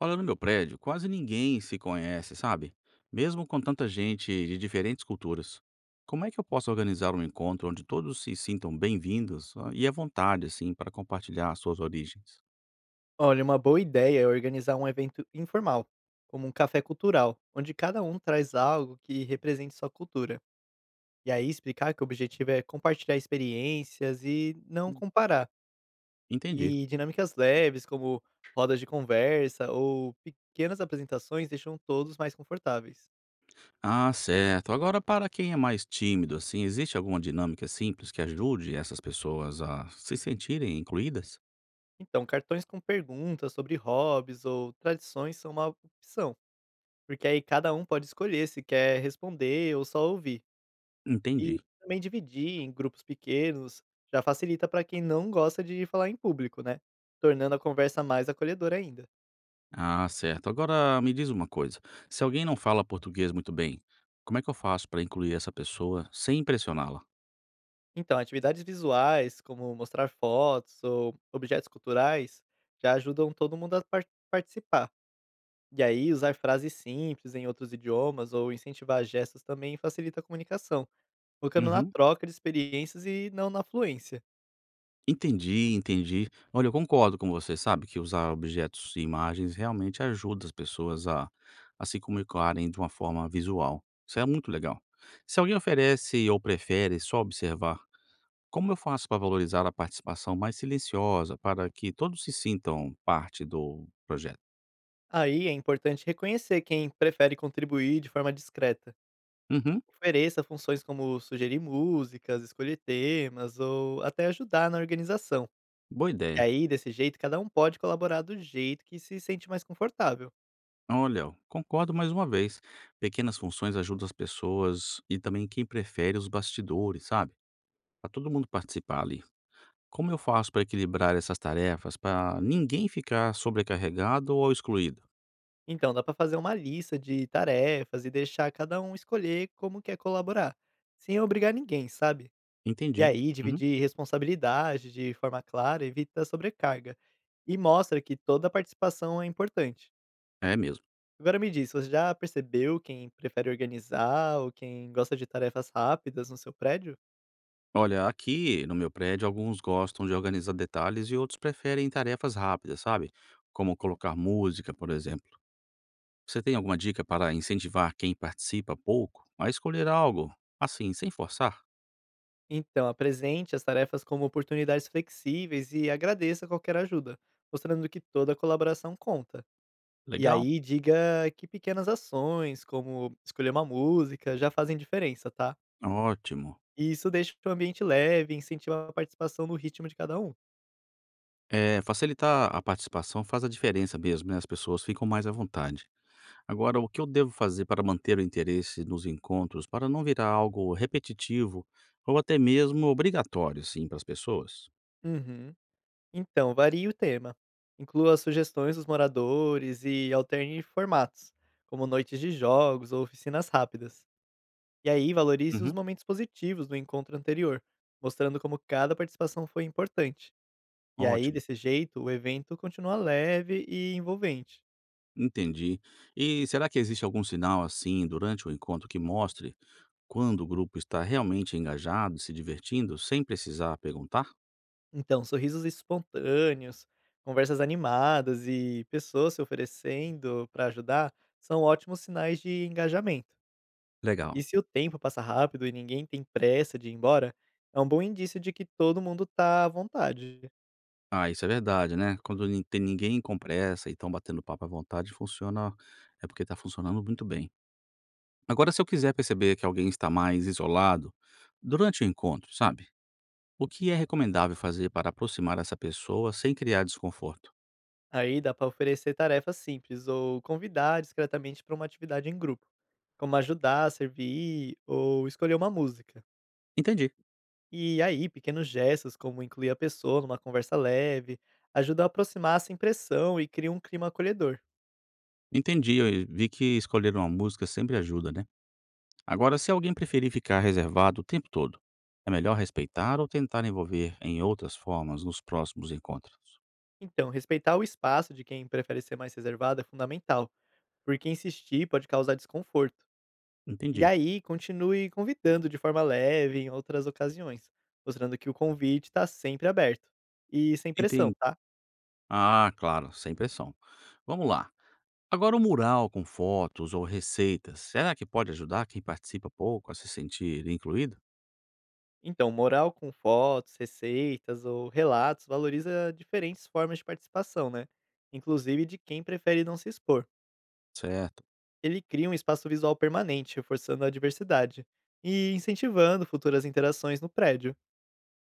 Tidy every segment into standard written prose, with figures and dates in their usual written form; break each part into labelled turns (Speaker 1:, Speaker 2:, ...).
Speaker 1: Olha, no meu prédio, quase ninguém se conhece, sabe? Mesmo com tanta gente de diferentes culturas. Como é que eu posso organizar um encontro onde todos se sintam bem-vindos e à vontade, assim, para compartilhar suas origens?
Speaker 2: Olha, uma boa ideia é organizar um evento informal, como um café cultural, onde cada um traz algo que represente sua cultura. E aí explicar que o objetivo é compartilhar experiências e não
Speaker 1: Hum.
Speaker 2: comparar.
Speaker 1: Entendi.
Speaker 2: E dinâmicas leves, como rodas de conversa ou pequenas apresentações, deixam todos mais confortáveis.
Speaker 1: Ah, certo. Agora, para quem é mais tímido, assim, existe alguma dinâmica simples que ajude essas pessoas a se sentirem incluídas?
Speaker 2: Então, cartões com perguntas sobre hobbies ou tradições são uma opção, porque aí cada um pode escolher se quer responder ou só ouvir. E
Speaker 1: Entendi.
Speaker 2: também dividir em grupos pequenos já facilita para quem não gosta de falar em público, né? Tornando a conversa mais acolhedora ainda.
Speaker 1: Ah, certo. Agora, me diz uma coisa. Se alguém não fala português muito bem, como é que eu faço para incluir essa pessoa sem impressioná-la?
Speaker 2: Então, atividades visuais, como mostrar fotos ou objetos culturais, já ajudam todo mundo a participar. E aí, usar frases simples em outros idiomas ou incentivar gestos também facilita a comunicação, focando na
Speaker 1: Uhum.
Speaker 2: troca de experiências e não na fluência.
Speaker 1: Entendi, entendi. Olha, eu concordo com você, sabe, que usar objetos e imagens realmente ajuda as pessoas a se comunicarem de uma forma visual. Isso é muito legal. Se alguém oferece ou prefere só observar, como eu faço para valorizar a participação mais silenciosa, para que todos se sintam parte do projeto?
Speaker 2: Aí é importante reconhecer quem prefere contribuir de forma discreta.
Speaker 1: Uhum,
Speaker 2: Ofereça funções como sugerir músicas, escolher temas ou até ajudar na organização.
Speaker 1: boa
Speaker 2: E
Speaker 1: ideia.
Speaker 2: aí, desse jeito, cada um pode colaborar do jeito que se sente mais confortável.
Speaker 1: Olha, eu concordo mais uma vez. Pequenas funções ajudam as pessoas e também quem prefere os bastidores, sabe? Para todo mundo participar ali. Como eu faço para equilibrar essas tarefas para ninguém ficar sobrecarregado ou excluído?
Speaker 2: Então, dá para fazer uma lista de tarefas e deixar cada um escolher como quer colaborar, sem obrigar ninguém, sabe? E
Speaker 1: Entendi.
Speaker 2: aí,
Speaker 1: Uhum.
Speaker 2: dividir responsabilidade de forma clara evita sobrecarga e mostra que toda participação é importante.
Speaker 1: É mesmo.
Speaker 2: Agora me diz, você já percebeu quem prefere organizar ou quem gosta de tarefas rápidas no seu prédio?
Speaker 1: Olha, aqui no meu prédio, alguns gostam de organizar detalhes e outros preferem tarefas rápidas, sabe? Como colocar música, por exemplo. Você tem alguma dica para incentivar quem participa pouco a escolher algo assim, sem forçar?
Speaker 2: Então, apresente as tarefas como oportunidades flexíveis e agradeça qualquer ajuda, mostrando que toda colaboração conta. E
Speaker 1: Legal?
Speaker 2: aí, diga que pequenas ações, como escolher uma música, já fazem diferença, tá?
Speaker 1: Ótimo.
Speaker 2: E isso deixa o ambiente leve e incentiva a participação no ritmo de cada um.
Speaker 1: É, facilitar a participação faz a diferença mesmo, né? As pessoas ficam mais à vontade. Agora, o que eu devo fazer para manter o interesse nos encontros, para não virar algo repetitivo ou até mesmo obrigatório, sim, para as pessoas?
Speaker 2: Uhum. Então, varie o tema. Inclua sugestões dos moradores e alterne formatos, como noites de jogos ou oficinas rápidas. E aí, valorize os
Speaker 1: Uhum,
Speaker 2: momentos positivos do encontro anterior, mostrando como cada participação foi importante. E aí,
Speaker 1: ótimo,
Speaker 2: desse jeito, o evento continua leve e envolvente.
Speaker 1: entendi. E será que existe algum sinal assim durante o encontro que mostre quando o grupo está realmente engajado, se divertindo, sem precisar perguntar?
Speaker 2: Então, sorrisos espontâneos, conversas animadas e pessoas se oferecendo para ajudar são ótimos sinais de engajamento. E
Speaker 1: Legal.
Speaker 2: se o tempo passa rápido e ninguém tem pressa de ir embora, é um bom indício de que todo mundo está à vontade.
Speaker 1: Ah, isso é verdade, né? Quando não tem ninguém com pressa e estão batendo papo à vontade, funciona, é porque está funcionando muito bem. Agora, se eu quiser perceber que alguém está mais isolado durante o encontro, sabe? O que é recomendável fazer para aproximar essa pessoa sem criar desconforto?
Speaker 2: Aí dá para oferecer tarefas simples ou convidar discretamente para uma atividade em grupo, como ajudar a servir ou escolher uma música.
Speaker 1: Entendi.
Speaker 2: E aí, pequenos gestos como incluir a pessoa numa conversa leve ajudam a aproximar sem pressão e cria um clima acolhedor.
Speaker 1: Entendi, eu vi que escolher uma música sempre ajuda, né? Agora, se alguém preferir ficar reservado o tempo todo, é melhor respeitar ou tentar envolver em outras formas nos próximos encontros?
Speaker 2: Então, respeitar o espaço de quem prefere ser mais reservado é fundamental, porque insistir pode causar desconforto. E
Speaker 1: Entendi.
Speaker 2: aí, continue convidando de forma leve em outras ocasiões, mostrando que o convite está sempre aberto e sem pressão,
Speaker 1: Entendi.
Speaker 2: tá?
Speaker 1: Ah, claro, sem pressão. Vamos lá. Agora, o mural com fotos ou receitas, será que pode ajudar quem participa pouco a se sentir incluído?
Speaker 2: Então, mural com fotos, receitas ou relatos valoriza diferentes formas de participação, né? Inclusive de quem prefere não se expor.
Speaker 1: Certo.
Speaker 2: Ele cria um espaço visual permanente, reforçando a diversidade e incentivando futuras interações no prédio.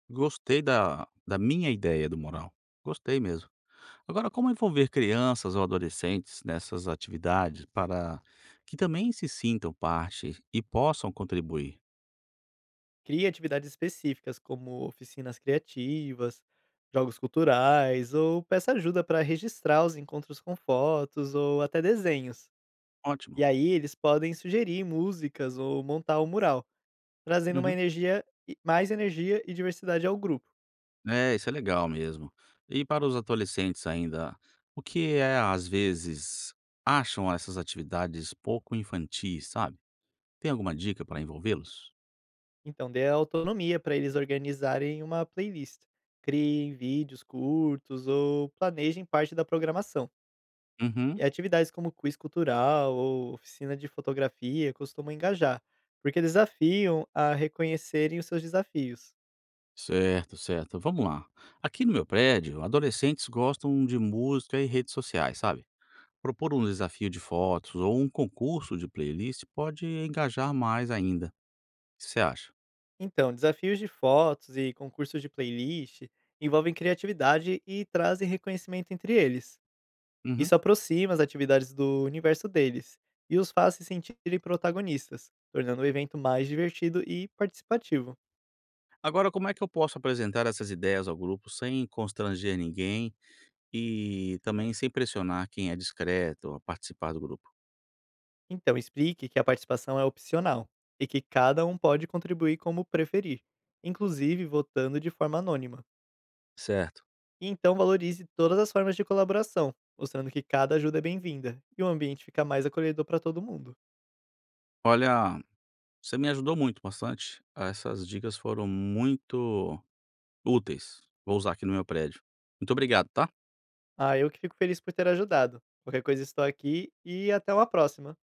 Speaker 1: Gostei da minha ideia do moral. Gostei mesmo. Agora, como envolver crianças ou adolescentes nessas atividades para que também se sintam parte e possam contribuir?
Speaker 2: Cria atividades específicas, como oficinas criativas, jogos culturais, ou peça ajuda para registrar os encontros com fotos ou até desenhos. E
Speaker 1: Ótimo.
Speaker 2: aí eles podem sugerir músicas ou montar o mural. Trazendo uma
Speaker 1: Uhum.
Speaker 2: energia e mais energia e diversidade ao grupo.
Speaker 1: É, isso é legal mesmo. E para os adolescentes ainda, o que é, às vezes, acham essas atividades pouco infantis, sabe? Tem alguma dica para envolvê-los?
Speaker 2: Então dê autonomia para eles organizarem uma playlist. Criem vídeos curtos ou planejem parte da programação.
Speaker 1: Uhum.
Speaker 2: E atividades como quiz cultural ou oficina de fotografia costumam engajar, porque desafiam a reconhecerem os seus desafios.
Speaker 1: Certo, certo. Vamos lá. Aqui no meu prédio, adolescentes gostam de música e redes sociais, sabe? Propor um desafio de fotos ou um concurso de playlist pode engajar mais ainda. O que você acha?
Speaker 2: Então, desafios de fotos e concursos de playlist envolvem criatividade e trazem reconhecimento entre eles.
Speaker 1: Uhum.
Speaker 2: Isso aproxima as atividades do universo deles e os faz se sentirem protagonistas, tornando o evento mais divertido e participativo.
Speaker 1: Agora, como é que eu posso apresentar essas ideias ao grupo sem constranger ninguém e também sem pressionar quem é discreto a participar do grupo?
Speaker 2: Então, explique que a participação é opcional e que cada um pode contribuir como preferir, inclusive votando de forma anônima.
Speaker 1: Certo.
Speaker 2: E então valorize todas as formas de colaboração, mostrando que cada ajuda é bem-vinda e o ambiente fica mais acolhedor para todo mundo.
Speaker 1: Olha, você me ajudou muito, bastante. Essas dicas foram muito úteis. Vou usar aqui no meu prédio. Muito obrigado, tá?
Speaker 2: Ah, eu que fico feliz por ter ajudado. Qualquer coisa estou aqui e até uma próxima.